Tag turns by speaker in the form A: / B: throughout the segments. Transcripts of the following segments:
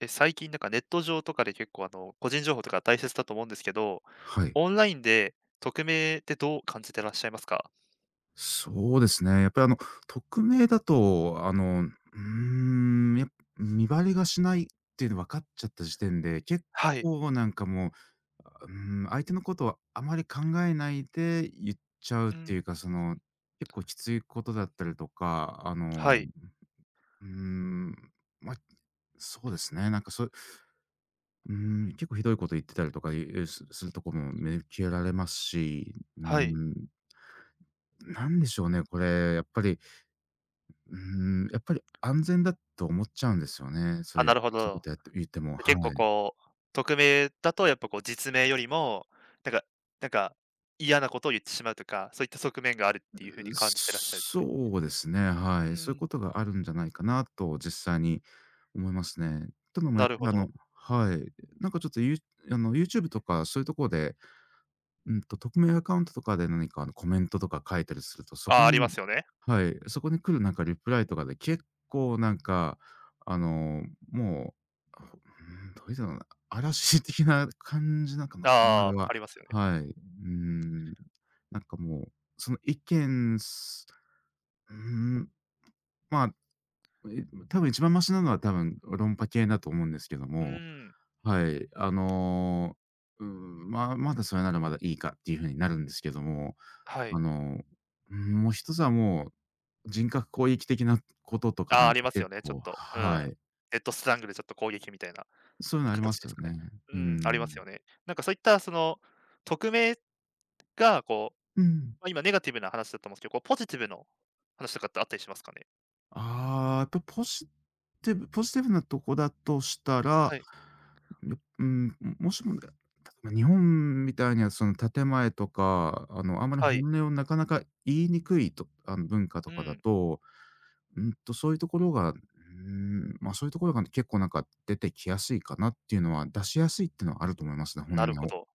A: 最近なんかネット上とかで結構個人情報とか大切だと思うんですけど、
B: はい。
A: オンラインで匿名ってどう感じてらっしゃいますか？
B: そうですね。やっぱり匿名だと、ん、やっ見張りがしないっていうの分かっちゃった時点で、結
A: はい。
B: 構なんかもう、うーん、相手のことをあまり考えないで言っちゃうっ
A: う
B: てい
A: ん。
B: うか、その、結構きついことだったりとか、
A: はい。
B: うーん、まあ、そうですね、うー結構ひどいこと言ってたりとかいうするとこも見受けられますし、
A: はい。
B: ん、なんでしょうね、これ、やっぱり安全だと思っちゃうんですよね。そ
A: あ、
B: ういう、
A: なるほ
B: そういうこ
A: ど。
B: とやって言っても、は
A: 結構
B: い。
A: こう、匿名だとやっぱこう実名よりも、なんかなんか嫌なことを言ってしまうとか、そういった側面があるっていう風に感じてらっしゃるという。
B: そうですね、は
A: う
B: い。そういう
A: ん。
B: ことがあるんじゃないかなと実際に思いますね。というのもや
A: な
B: っぱ
A: る
B: り
A: ほど。
B: はい、なんかちょっとユーあの YouTube とかそういうところで匿名アカウントとかで何かコメントとか書いたりすると、そ
A: あ
B: こ
A: あ、ありま
B: に
A: すよね。
B: はい、そこに来るなんかリプライとかで結構なんか、あの、もう、あ、うーん、どういうのかな、嵐的な感じなんかな、この間
A: ああ、あ
B: は。
A: りますよね。
B: はい。うーん。なんかもう、その意見すうーん、まあ、い多分一番マシなのは多分論破系だと思うんですけど
A: う
B: も、
A: ん、
B: はい、まあ、まだそれならまだいいかっていう風になるんですけども
A: は
B: あ
A: い。
B: の、うん、もう一つは人格攻撃的なこととかな
A: ああ、あ
B: ん
A: り
B: か
A: ますよ
B: 結
A: ね、ちょ
B: 構
A: っと。う
B: は
A: ん。
B: い。
A: ヘッドスラングでちょっと攻撃みたいな
B: そういうのありま
A: 形
B: す
A: です
B: よ
A: かね。
B: ね。
A: う
B: う
A: ん、あります
B: ん。
A: よね。なんかそういったその、匿名がこう、
B: うん。
A: ま、今ネガティブな話だと思うんすけど、こうポジティブの話とかってあったりしますかね？
B: ああ、やっぱポジティブなとこだとしたら、
A: はい、
B: ようん、もしもね、例えば日本みたいにはその建前とか、あんまり
A: はい。
B: 本音をなかなか言いにくいと文化と
A: う
B: かだ
A: ん、
B: とそういうところが、うーん、ま、そういうところがね結構なんか出てきやすいかなっていうのは、出しやすいっていうのはあると思いますね、本
A: なるほ
B: 音を。
A: ど。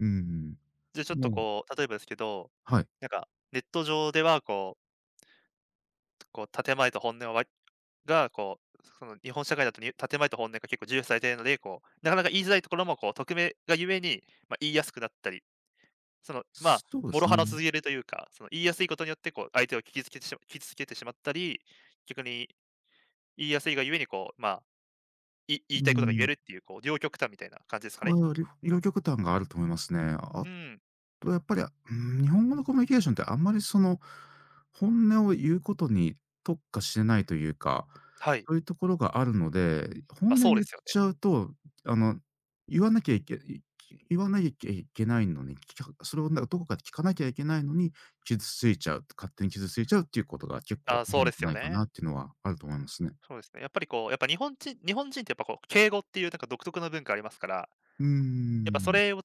B: うん
A: じゃちょっ
B: も
A: と
B: う
A: こう、例えばですけど、
B: はい。
A: なんかネット上ではこう建前と本音はこう、その日本社会だとに建前と本音が結構重視されているので、こう、なかなか言いづらいところもこう匿名がゆえに、ま、言いやすくなったりその、まあ、
B: そうで
A: 諸
B: す
A: 刃の
B: ね。
A: 続けるというか、その言いやすいことによってこう相手を傷つけてしまったり、逆に言いやすいがゆえにこう、まあ、言いた
B: う
A: いことが言え
B: ん。
A: るっていうこう両極端みたいな感じですかね。
B: ああ、両極端があると思いますね。あ
A: うん、
B: と、やっぱり、ー日本語のコミュニケーションってあんまりその、本音を言うことに特化してないというか、
A: はい。
B: そういうところがあるので、本
A: あ、
B: 音
A: そうで
B: 言っ
A: すよね。
B: ちゃうと、あの、言わなきゃいけい言わなきゃいけないのに、それをなんかどこかで聞かなきゃいけないのに、傷ついちゃう、勝手に傷ついちゃうっていうことが結構あ
A: あそ
B: る
A: う
B: ん
A: で
B: じゃ
A: すよ
B: ないかな
A: ね。
B: っていうのはあると思いますね。
A: そうですね。やっぱりこう、やっぱ日本人ってやっぱこう敬語っていうなんか独特な文化ありますから、
B: うー
A: やっぱそ
B: ん。
A: れを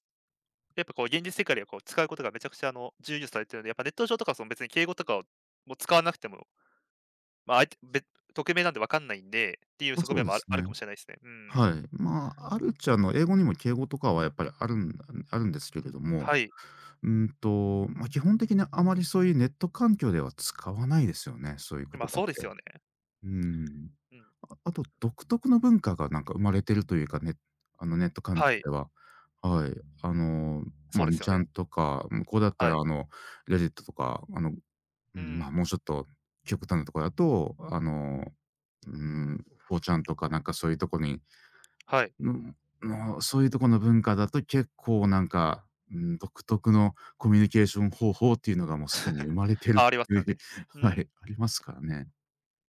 A: やっぱこう現実世界ではこう使うことがめちゃくちゃあの重要視されてるので、やっぱネット上とかはその別に敬語とかをもう使わなくてもま、あいて別匿名なんで分かんないんで、っていう
B: ま、
A: 側
B: そ
A: 面
B: うで
A: もある
B: す
A: ある
B: ね。
A: かもしれないですね。うん。
B: はい。まあ、あるっちゃ、英語にも敬語とかはやっぱりあるんですけれども
A: はい。
B: まあ、基本的にあまりそういうネット環境では使わないですよね、そういう
A: まあ、
B: 言葉っ
A: そうです
B: て。
A: よね。
B: うん。
A: うん。
B: ああと独特の文化がなんか生まれてるというかね、あのネット環境
A: はい、
B: では。はい。あの、
A: そう
B: まあ、
A: で
B: 2
A: すよ
B: ち
A: ね。
B: ゃんとか、向こうだった
A: は
B: ら
A: い。
B: e d ットとか、う
A: う
B: ん、まあ、
A: ん、
B: もうちょっと極端なところだと、うーォーちゃんとかなんかそういうとこに
A: はい。
B: のそういうとこの文化だと結構なんか、うん、独特のコミュニケーション方法っていうのがもうすでに生まれてるっ
A: あ、あります
B: て
A: よ
B: いう、
A: ね。う
B: は
A: ん。
B: い、ありますからね。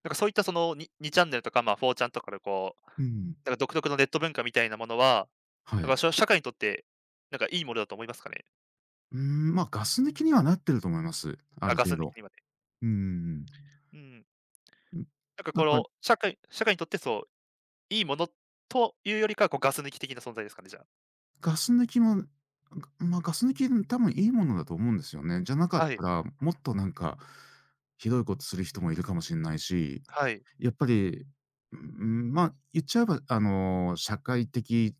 A: なんかそういったその、2チャンネルとか、まあ、4ちゃんとかでこう、
B: うん。
A: なんか独特のネット文化みたいなものは、
B: は
A: なんか
B: い。
A: 社会にとって、なんかいいものだと思いますかね？
B: うん、ま、ガス抜きにはなってると思います。あ
A: あ、
B: る
A: ガス
B: 程
A: 抜
B: 度。
A: きにまで。
B: うんうん、
A: うん。なんか
B: な
A: こ
B: んか
A: の、社会にとってそう、いいものというよりかは、こうガス抜き的な存在ですかね、じゃあ。
B: ガス抜きも、まあガス抜き多分いいものだと思うんですよね。じゃなかっ
A: はい、
B: たら、もっとなんか、ひどいことする人もいるかもしれないし、
A: はい。
B: やっぱり、うん、まあ、言っちゃえば、社会的、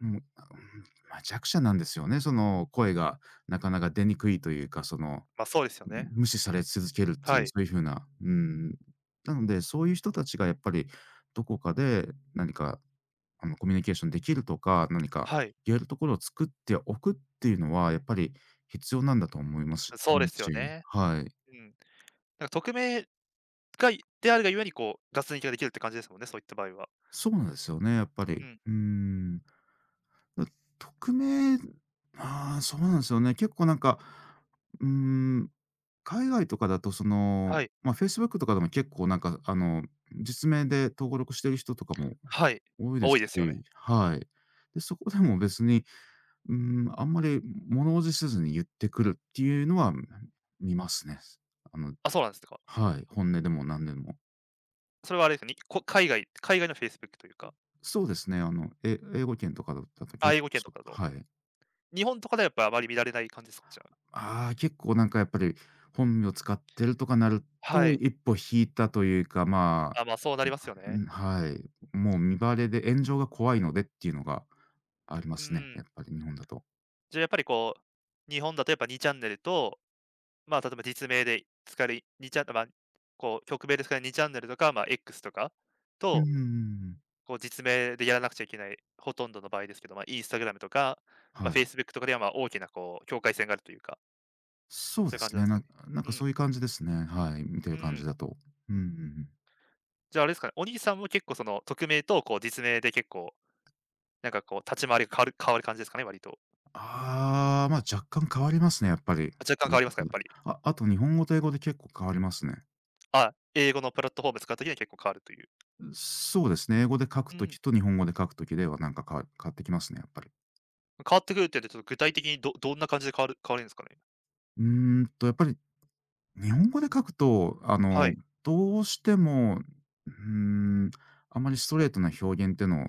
B: うん、うん、まあ、弱者なんですよね。その、声がなかなか出にくいというか、その、
A: まあ、そうですよね。
B: 無視され続けるって
A: は
B: いう、そ
A: い、
B: ういう風な、うん。なので、そういう人たちがやっぱり、どこかで何か、コミュニケーションできるとか、何か
A: はい。
B: 言えるところを作っておくっていうのは、やっぱり必要なんだと思います。
A: そ
B: う
A: うで
B: ん、
A: すよ
B: し、
A: ね。
B: はい。
A: うん。なんか匿名であるがゆえに、こう、ガス抜きができるって感じですもんね、そういった場合は。
B: そうなんですよね、やっぱ
A: う
B: り。
A: ん。
B: うーん。う匿名ああ、そうなんですよね。結構なんか、うーん、海外とかだとその、
A: はい。
B: まあ、Facebook とかでも結構なんか実名で登録してる人とかも
A: はい。
B: 多い
A: ま
B: で
A: 多
B: す
A: いですよね。
B: し、はい。で、そこでも別に、あんまり物怖じせずに言ってくるっていうのは、見ますね。あの
A: あ、そうなんですか。
B: はい、本音でも何でも。
A: それはあれですか、海外のフェイスブックというか、
B: そうですね、英語圏とかだったと
A: あ、
B: 結
A: 英語圏
B: 構
A: と
B: そう、
A: かだと。
B: はい。
A: 日本とかではやっぱあまり見られない感じですか？じゃあ。
B: ああ、結構なんかやっぱり、本名使ってるとかなる
A: は
B: と、
A: い。
B: 一歩引いたというか、ま
A: あ、ま、そうなります
B: あ、
A: よ
B: う
A: ね。
B: ん、はい。もう身バレで炎上が怖い
A: はい。
B: のでっていうのがありま
A: う
B: すね、や
A: ん。
B: っぱり日本だと。
A: じゃあやっぱりこう、日本だとやっぱ2チャンネルと、まあ、例えば実名で使えるにチャンまあ、こう、曲名で使える2チャンネルとか、まあ、X とか
B: う
A: と
B: ん、
A: こう実名でやらなくちゃいけない、ほとんどの場合ですけど、まあ、インスタグラムとか、まあ、
B: は
A: フェ
B: い。
A: イスブックとかでは、ま、大きなこう境界線があるというか、
B: そう
A: そういう
B: で
A: 感じ
B: す
A: なんで
B: ね、
A: す
B: な
A: か
B: ん
A: ね。
B: かなん
A: う
B: かそ
A: ん、
B: ういう感じですね、はい、見てる
A: う
B: 感
A: ん。
B: じだと。うん、うん、うん。
A: じゃああれですかね、お兄さんも結構その匿名とこう実名で結構、なんかこう立ち回りが変わる感じですかね、割と。
B: ああ、ま、若干変わりますね、やっぱり。
A: 若干変
B: 言う
A: わりますか、
B: こ
A: やっ
B: と
A: ぱり。
B: ああと日本語と英語で結構変わりますね。
A: あ、英語のプラットフォーム使う時には結構変わるという。
B: そうですね、英語で書
A: う
B: くとき
A: ん。
B: と日本語で書くときではなんか変わってきますね、やっぱり。
A: 変わってくるって言うと、ちょっと具体的にどんな感じで変わるんですかね？
B: うーやっぱり日本語で書くと、
A: はい。
B: どうしても、うーん、あまりストレートな表現ってのを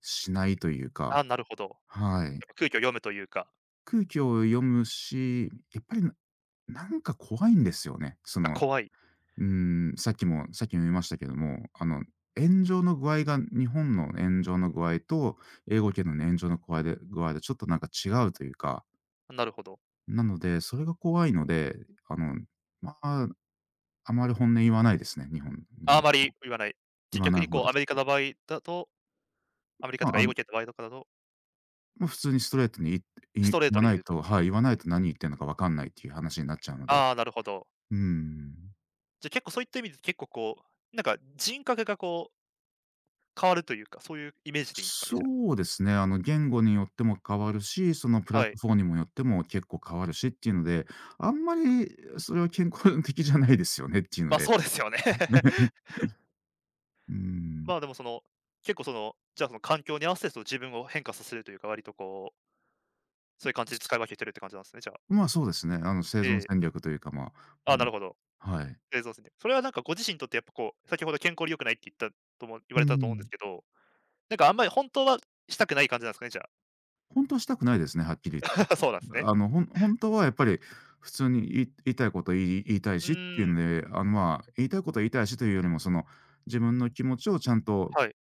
B: しないというか、
A: あ、なるほど。やっ
B: はい。
A: ぱ空気を読むというか、
B: 空気を読むし、やっぱりなんか怖いんですよね。そ
A: あ、
B: の、
A: 怖い。
B: さっきも言いましたけども、炎上の具合が日本の炎上の具合と英語圏の炎上の具合でちょっとなんか違うというか、
A: なるほど。
B: なので、それが怖いので、あの、まあ、あまり本音言わないですね、日本日
A: ああ
B: 本
A: まり言わない。
B: 言わ
A: 逆
B: ない
A: に
B: 方
A: こう
B: で
A: アメ
B: す。
A: リカの場合だとアメリカ
B: ま
A: とか
B: あ、
A: 英語圏とワイドとかだと、
B: ま、普通にストレートに
A: ス
B: 言
A: トレート
B: わ
A: で
B: な
A: 言
B: い
A: うと
B: と、はい、言わないと何言ってんのか分かんないっていう話になっちゃうので。
A: ああ、なるほど。
B: うーん。
A: じゃ、結構そういった意味で結構こう、なんか人格がこう変わるというか、そういうイメージでいいんですかね、じゃあ。
B: そうですね、言語によっても変わるし、そのプラッ
A: はい。
B: トフォーにもよっても結構変わるしっていうので、あんまりそれは健康的じゃないですよねっていうの
A: ま、あ
B: で。
A: そうですよね。
B: うーん。
A: まあ、でもその、結構その、じゃあその環境に合わせてその自分を変化させるというか、割とこう、そういう感じで使い分けてるって感じなんですね、じゃあ。
B: まあ、そうですね、生
A: え
B: 存
A: え。
B: 戦略というか、まあ、
A: ああ、
B: も
A: なる
B: う、
A: ほど。
B: はい。
A: 映像ですね。それはなんかご自身にとってやっぱこう、先ほど健康に良くないって言ったとも言
B: う
A: わ
B: ー
A: れたと思うんです
B: ん。
A: けど、なんかあんまり本当はしたくない感じなんですかね、じゃあ。
B: 本当はしたくないですね、はっきり言って。
A: そうなんですね。
B: あの、ほんほはやっぱり普通に言いたいこと言いたい
A: う
B: しってい
A: ー
B: う
A: ん、
B: んで、まあ、言いたいこと言いたいしというよりも、その、自分の気持ちをちゃんと、
A: はい。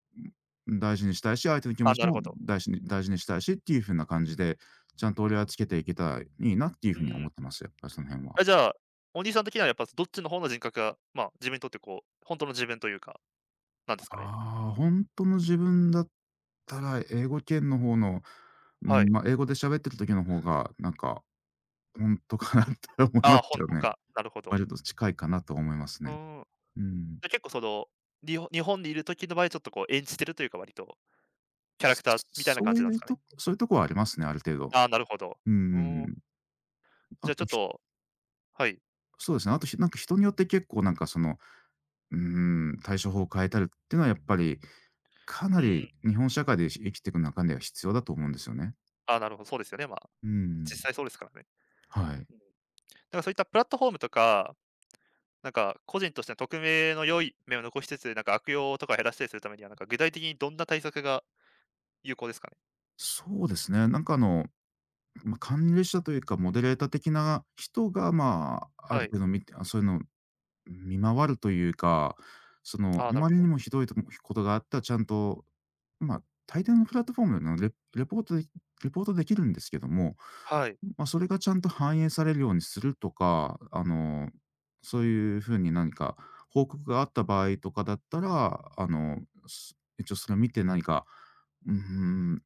B: 大事にしたいし、相手の気
A: あ、
B: 持ち
A: なる
B: も
A: ほど。
B: 大事にしたいしっていう風な感じで、ちゃんと折り合いつけていけたらいいなっていう
A: う
B: 風には
A: ーん。
B: 思ってます、やっぱりその辺は。
A: あ、じゃあ、お兄さん的にはやっぱどっちの方の人格が、まあ、自分にとってこう、本当の自分というか、なんですかね。
B: ああ、本当の自分だったら、英語圏の方の、う
A: は
B: ん、
A: い。
B: ま、英語で喋ってる時の方が、なんか、ほんとかなって思いま
A: ああ、
B: すけ
A: 本
B: ど
A: 当
B: ね。
A: か、なるほど。
B: 割と近いかなと思います
A: う
B: ね。
A: ーん。
B: うん。
A: じゃ、結構その、日本にいる時の場合、ちょっとこう演じてるというか、割とキャラクターみたいな
B: そそ
A: 感
B: う
A: じ
B: い
A: なんです
B: う
A: かね。
B: とそういうとこはありますね、ある程度。
A: ああ、なるほど。
B: う
A: うーん。
B: ん。
A: じ
B: あ
A: ゃあちょ
B: と、
A: っ
B: ひ
A: とはい。
B: そうですね、あと、なんか人によって結構なんかその、う対処法を変えたりっていうのはやっぱり、かな
A: うん。
B: り日本社会で生きていく中では必要だと思うんですよね。
A: ああ、なるほど、そうですよね、まあ、
B: う
A: 実
B: ん。
A: 際そうですからね。
B: はい。
A: うん。だからそういったプラットフォームとか、なんか個人としての匿名の良い面を残しつつ、なんか悪用とかを減らしたりするためには、なんか具体的にどんな対策が有効ですかね？
B: そうですね、なんかまあ、管理者というかモデレーター的な人が、まあ、あ
A: は
B: る
A: い。
B: 程度見てそういうのを見回るというか、その、
A: ああ、
B: あ
A: なる
B: ま
A: ほ
B: り
A: ど。
B: にもひどいとことがあったらちゃんと、まあ、大抵のプラットフォームのレポートできるんですけども、
A: はい、
B: まあ、それがちゃんと反映されるようにするとか、そういう風に何か報告があった場合とかだったら、一応それを見て何か、うーん、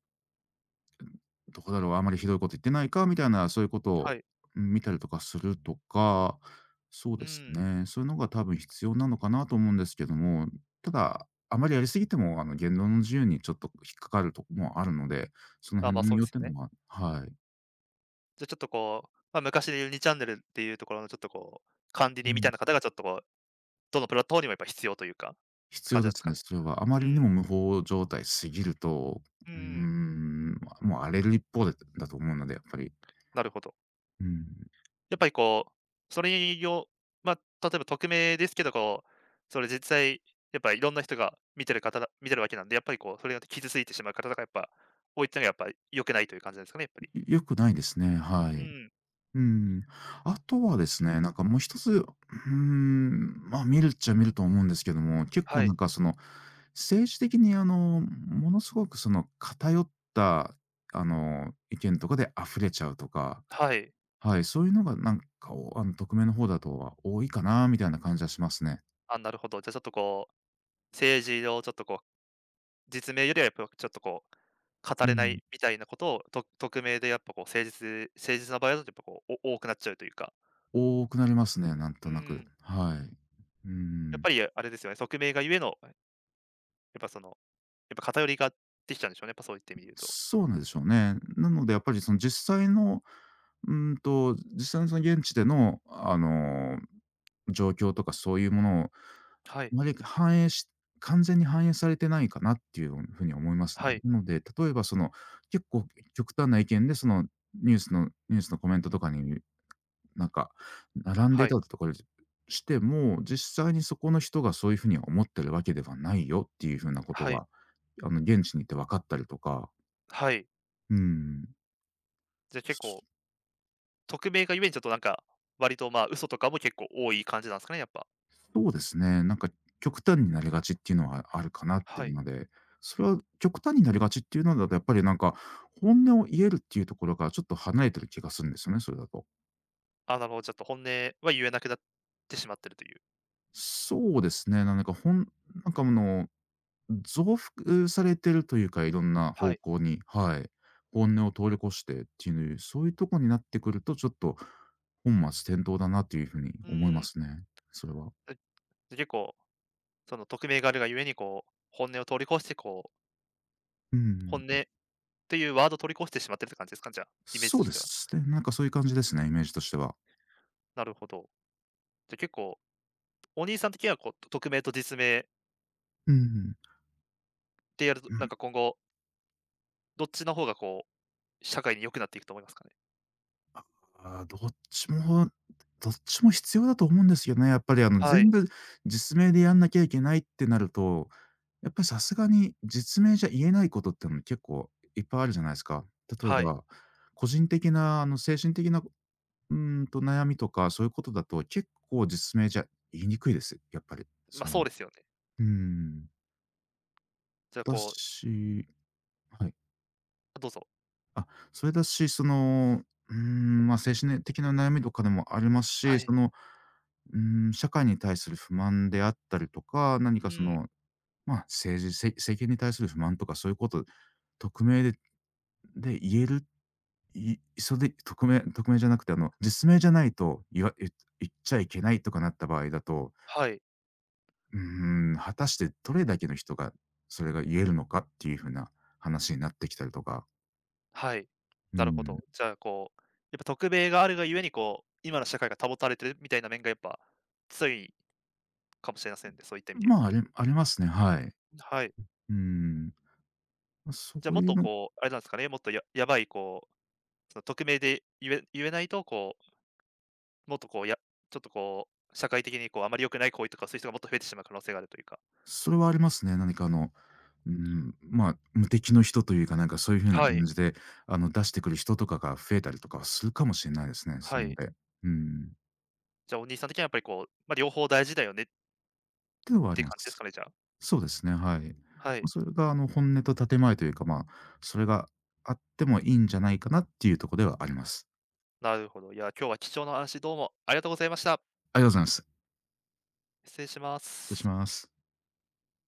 B: どこだろう、あまりひどいこと言ってないかみたいな、そういうこと
A: は
B: を
A: い。
B: うん見たりとかするとか、そう
A: う
B: です
A: ん。
B: ね、そういうのが多分必要なのかなと思うんですけども、ただ、あまりやりすぎても、言論の自由にちょっと引っかかるとこもあるので、その
A: あ、
B: 辺
A: まあ、
B: の
A: そう
B: 身
A: で
B: をっ
A: す
B: て
A: よね。
B: のは、はい。
A: じゃ、ちょっとこう、まあ、昔でいう2チャンネルっていうところのちょっとこう、管理
B: う
A: 人みた
B: ん、
A: いな方がちょっとこう、どのプラットフォームにもやっぱ必要というか、って
B: 必
A: 感
B: 要
A: じな
B: で
A: んです
B: す
A: か
B: ね、
A: ね。
B: それは。あま
A: う
B: りに
A: ん。
B: も無法状態過ぎると、
A: うんう
B: うー
A: ん
B: ん、もう荒れる一方でだと思うので、やっぱり。
A: なるほど。
B: うん、
A: やっぱりこう、それよまあ、例えば匿名ですけど、こう、それ実際、やっぱいろんな人が見てるわけなんで、やっぱりこう、それだ傷ついてしまう方とかやっぱ多いっていうのはやっぱり良くないという感じなんですかね、やっぱり。
B: 良くないですね、は
A: う
B: い。
A: ん。
B: うん。あとはですね、なんかもう一つ、まあ、見るっちゃ見ると思うんですけども、結
A: は
B: 構な
A: い。
B: んかその、政治的にものすごくその偏った、意見とかで溢れちゃうとか、
A: はい。
B: はい、そういうのがなんかおあの、匿名の方だとは多いかなみたいな感じはしますね。
A: あ、なるほど。じゃ、ちょっとこう、政治をちょっとこう実名よりはやっぱちょっとこう、語
B: う
A: れな
B: ん。
A: いみたいなことを、と匿名でやっぱこう誠実な場合だとやっぱこう、多くなっちゃうというか。
B: 多くなりますね、なんと
A: う
B: なく。
A: ん、
B: はい。う
A: やっ
B: ん。
A: ぱりあれですよね、匿名がゆえの、やっぱその、やっぱ偏りができちゃうんでしょうね、やっぱそういった意味で言うと。
B: そうなんでしょうね。なのでやっぱりその実際のうーんと、実際のその現地での、状況とかそういうものを、あ
A: はい、
B: まり反映し完全に反映されてないかなっていうふうに思います
A: は
B: ね。
A: い、
B: なので、例えばその、結構極端な意見で、そのニュースのコメントとかに、なんか、並んで
A: は
B: い
A: い、
B: たとかしても、実際にそこの人がそういうふうには思ってるわけではないよっていうふうなこと
A: はい、
B: が、現地に行って分かったりとか、
A: はい。
B: うーん。
A: じゃあ結構、匿名がゆえにちょっとなんか、割とまあ、嘘とかも結構多い感じなんですかね、やっぱ。
B: そうですね。なんか極端になりがちっていうのはあるかなって
A: は
B: いう
A: い。
B: ので、それは極端になりがちっていうのだと、やっぱりなんか、本音を言えるっていうところからちょっと離れてる気がするんですよね、それだと。
A: あ、なるほど、ちょっと本音は言えなくなってしまってるという。
B: そうですね。なんかほんなんかあの、増幅されてるというか、いろんな
A: は
B: 方
A: い。
B: 向に、はい。本音を通り越してっていう、そういうとこになってくると、ちょっと本末転倒だなというふうに
A: う
B: 思い
A: ー
B: ま
A: ん。
B: すね、それは。
A: え、結構その匿名があるがゆえに、こう、本音を通り越して、こう、
B: うん。
A: 本音っていうワードを通り越してしまってるって感じですか？じゃあ、イメージ
B: そ
A: と
B: う
A: し
B: で
A: ては。
B: すね。なんかそういう感じですね、イメージとしては。
A: なるほど。じゃ、結構、お兄さん的には、こう、匿名と実名
B: うん。
A: でやると、
B: う
A: なん
B: ん、
A: か今後、どっちの方がこう、社会に良くなっていくと思いますかね？
B: ああ、どっちも必要だと思うんですよね。やっぱり
A: は
B: 全
A: い、
B: 部実名でやんなきゃいけないってなると、やっぱりさすがに実名じゃ言えないことってのも結構いっぱいあるじゃないですか。例え
A: はい。
B: ば、個人的な精神的な、悩みとかそういうことだと結構実名じゃ言いにくいです、やっぱり。
A: ま、
B: そう
A: そ
B: い
A: う
B: う
A: ですよね。
B: うーん。
A: じゃあ、
B: だ
A: こう
B: しはい。
A: どうぞ。
B: あ、それだし、その、まあ、精神ね的な悩みとかでもあります
A: は
B: し、
A: い。
B: その、社会に対する不満であったりとか、何
A: う
B: かそ
A: ん、
B: の、まあ、政治、せ政権に対する不満とかそういうこと匿名で言える、それで匿名じゃなくて、実名じゃないと、言わ言言っちゃいけないとかなった場合だと、
A: はい、
B: 果たしてどれだけの人がそれが言えるのかっていう風な話になってきたりとか、
A: はい。
B: う
A: なるほ
B: ん、
A: ど。じゃあ、こう、やっぱ匿名があるがゆえに、こう、今の社会が保たれてるみたいな面がやっぱ強いかもしれませんね、そういった意味で言う
B: まあ、あ
A: と。
B: りありますね、はい。
A: はい。
B: うーん、ま、そ
A: じゃ、も
B: う
A: っ
B: いう
A: と
B: の
A: こう、あれなんですかね、もっとやばいこう、その匿名で言えないと、こう、もっとこう、ちょっとこう、社会的にこう、あまり良くない行為とか、そういう人がもっと増えてしまう可能性があるというか。
B: それはありますね。何かま、無敵の人というか、なんかそういう風な
A: はい、
B: 感じで、出してくる人とかが増えたりとかはするかもしれないですね、
A: は
B: そういうの
A: い。
B: で。うーん。
A: じゃあ、お兄さん的にはやっぱりこう、ま、両方大事だよねっ
B: ってのはあ
A: て
B: り
A: いう
B: ま
A: 感じです
B: す。
A: かね、じゃあ。
B: そうですね、はい。
A: は
B: ま、
A: い、
B: それが本音と建前というか、ま、それがあってもいいんじゃないかなっていうとこではあります。
A: なるほど。いや、今日は貴重なお話どうもありがとうございました。
B: ありがとうございます。
A: 失礼しま
B: 失礼し
A: す。
B: ます。